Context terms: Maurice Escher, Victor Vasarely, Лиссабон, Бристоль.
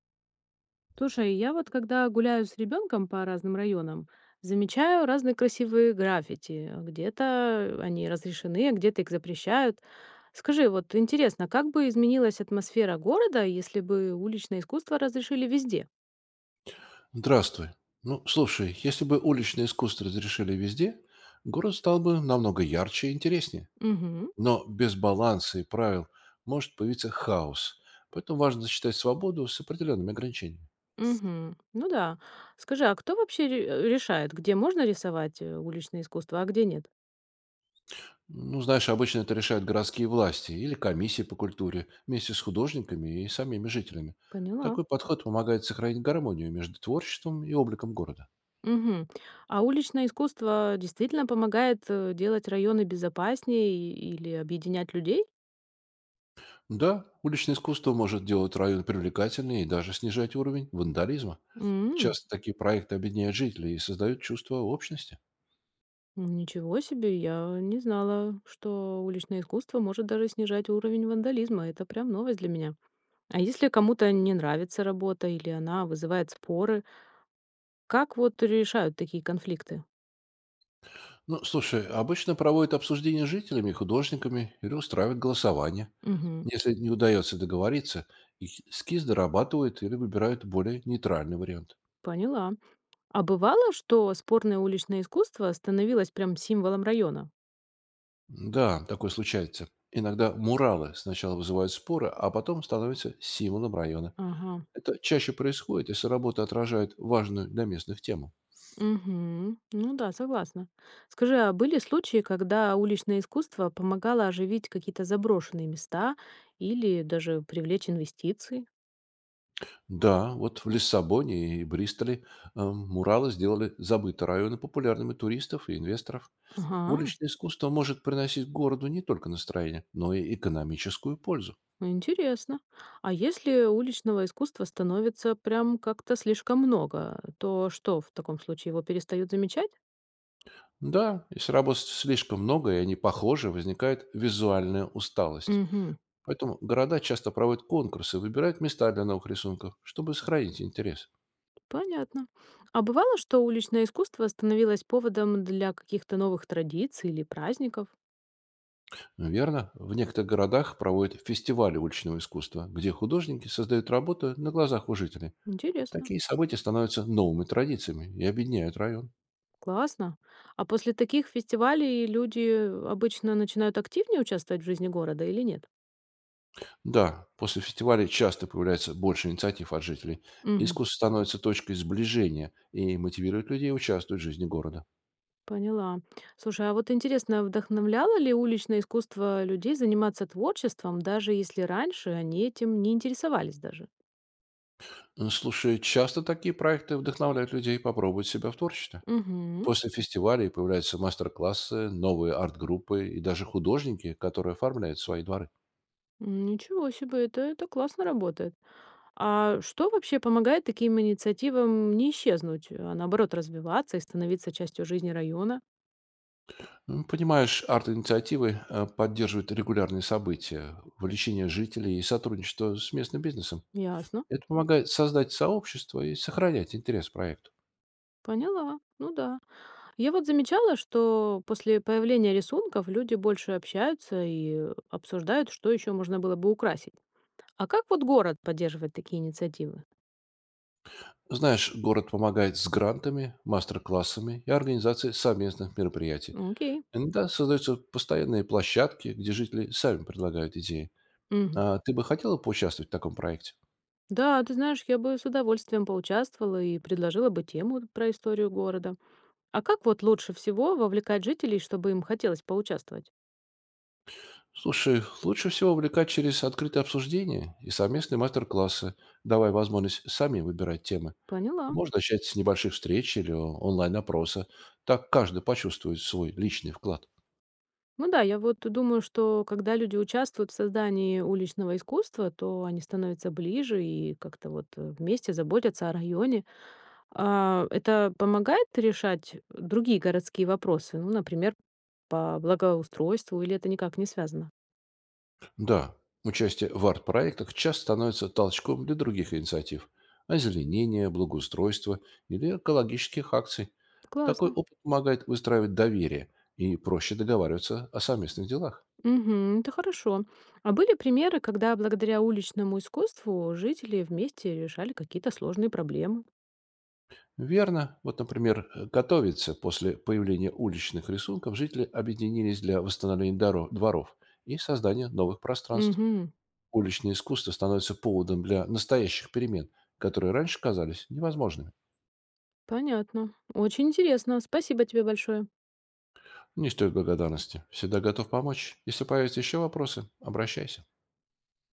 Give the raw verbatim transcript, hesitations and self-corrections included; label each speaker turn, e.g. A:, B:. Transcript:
A: Слушай, я вот когда гуляю с ребенком по разным районам, замечаю разные красивые граффити. Где-то они разрешены, а где-то их запрещают. Скажи, вот интересно, как бы изменилась атмосфера города, если бы уличное искусство разрешили везде?
B: Здравствуй. Ну, слушай, если бы уличное искусство разрешили везде, город стал бы намного ярче и интереснее.
A: Угу,
B: Но без баланса и правил может появиться хаос. Поэтому важно сочетать свободу с определенными ограничениями.
A: угу. Ну да. Скажи, а кто вообще ре- решает, где можно рисовать э, уличное искусство, а где нет?
B: Ну, знаешь, обычно это решают городские власти или комиссии по культуре вместе с художниками и самими жителями.
A: Поняла.
B: Такой подход помогает сохранить гармонию между творчеством и обликом города.
A: Угу. А уличное искусство действительно помогает э, делать районы безопаснее и- или объединять людей?
B: Да, уличное искусство может делать район привлекательнее и даже снижать уровень вандализма.
A: М,
B: Часто такие проекты объединяют жителей и создают чувство общности.
A: ничего себе, я не знала, что уличное искусство может даже снижать уровень вандализма. Это прям новость для меня. А если кому-то не нравится работа или она вызывает споры, как вот решают такие конфликты?
B: Ну, слушай, обычно проводят обсуждения с жителями, художниками или устраивают голосование.
A: Мгм,
B: Если не удается договориться, эскиз дорабатывают или выбирают более нейтральный вариант.
A: поняла. А бывало, что спорное уличное искусство становилось прям символом района?
B: Да, такое случается. Иногда муралы сначала вызывают споры, а потом становятся символом района.
A: Ага.
B: Это чаще происходит, если работа отражает важную для местных тему.
A: Мгм. Ну да, согласна. Скажи, а были случаи, когда уличное искусство помогало оживить какие-то заброшенные места или даже привлечь инвестиции?
B: Да, вот в Лиссабоне и Бристоле э, муралы сделали забытые районы популярными туристов и инвесторов.
A: Ага,
B: Уличное искусство может приносить городу не только настроение, но и экономическую пользу.
A: интересно. А если уличного искусства становится прям как-то слишком много, то что в таком случае его перестают замечать?
B: Да, если работ слишком много и они похожи, возникает визуальная усталость.
A: Угу.
B: Поэтому города часто проводят конкурсы, выбирают места для новых рисунков, чтобы сохранить интерес.
A: Понятно. А бывало, что уличное искусство становилось поводом для каких-то новых традиций или праздников?
B: Верно, в некоторых городах проводят фестивали уличного искусства, где художники создают работу на глазах у жителей.
A: Интересно.
B: Такие события становятся новыми традициями и объединяют район.
A: Классно. А после таких фестивалей люди обычно начинают активнее участвовать в жизни города или нет?
B: Да, после фестиваля часто появляется больше инициатив от жителей.
A: Мгм.
B: Искусство становится точкой сближения и мотивирует людей участвовать в жизни города.
A: Поняла. Слушай, а вот интересно, вдохновляло ли уличное искусство людей заниматься творчеством, даже если раньше они этим не интересовались даже?
B: Э, Слушай, часто такие проекты вдохновляют людей попробовать себя в творчестве.
A: Угу.
B: После фестивалей появляются мастер-классы, новые арт-группы и даже художники, которые оформляют свои дворы.
A: Ничего себе, это, это классно работает. А что вообще помогает таким инициативам не исчезнуть, а наоборот развиваться и становиться частью жизни района?
B: М, Понимаешь, арт-инициативы э, поддерживают регулярные события, вовлечение жителей и сотрудничество с местным бизнесом.
A: Ясно.
B: Это помогает создать сообщество и сохранять интерес к проекту.
A: Поняла. Ну да. Я вот замечала, что после появления рисунков люди больше общаются и э, обсуждают, что еще можно было бы украсить. А как вот город поддерживает такие инициативы?
B: Знаешь, город помогает с грантами, мастер-классами и организацией совместных мероприятий.
A: Ну, окей.
B: Иногда создаются постоянные площадки, где жители сами предлагают идеи.
A: Мгм.
B: А ты бы хотела поучаствовать в таком проекте?
A: Да, ты знаешь, я бы с удовольствием поучаствовала и предложила бы тему про историю города. А как вот лучше всего вовлекать жителей, чтобы им хотелось поучаствовать?
B: Слушай, лучше всего увлекать через открытые обсуждения и совместные мастер-классы, давая возможность самим выбирать темы.
A: Поняла.
B: Можно начать с небольших встреч или онлайн-опроса. Так каждый почувствует свой личный вклад.
A: Ну да, я вот думаю, что когда люди участвуют в создании уличного искусства, то они становятся ближе и как-то вот э, вместе заботятся о районе. А, это помогает решать другие городские вопросы, ну, например, по благоустройству, или это никак не связано?
B: Да, участие в арт-проектах часто становится толчком для других инициатив – озеленения, благоустройства или экологических акций. Такой
A: Классно.
B: опыт помогает выстраивать доверие и проще договариваться о совместных делах.
A: Мгм. Это хорошо. А были примеры, когда благодаря уличному искусству жители вместе решали какие-то сложные проблемы?
B: Верно. Вот, например, э, готовиться после появления уличных рисунков жители объединились для восстановления доро- дворов и создания новых пространств.
A: Угу,
B: Уличное искусство становится поводом для настоящих перемен, которые раньше казались невозможными.
A: понятно. Очень интересно. Спасибо тебе большое.
B: Не стоит благодарности. Всегда готов помочь. Если появятся еще вопросы, обращайся.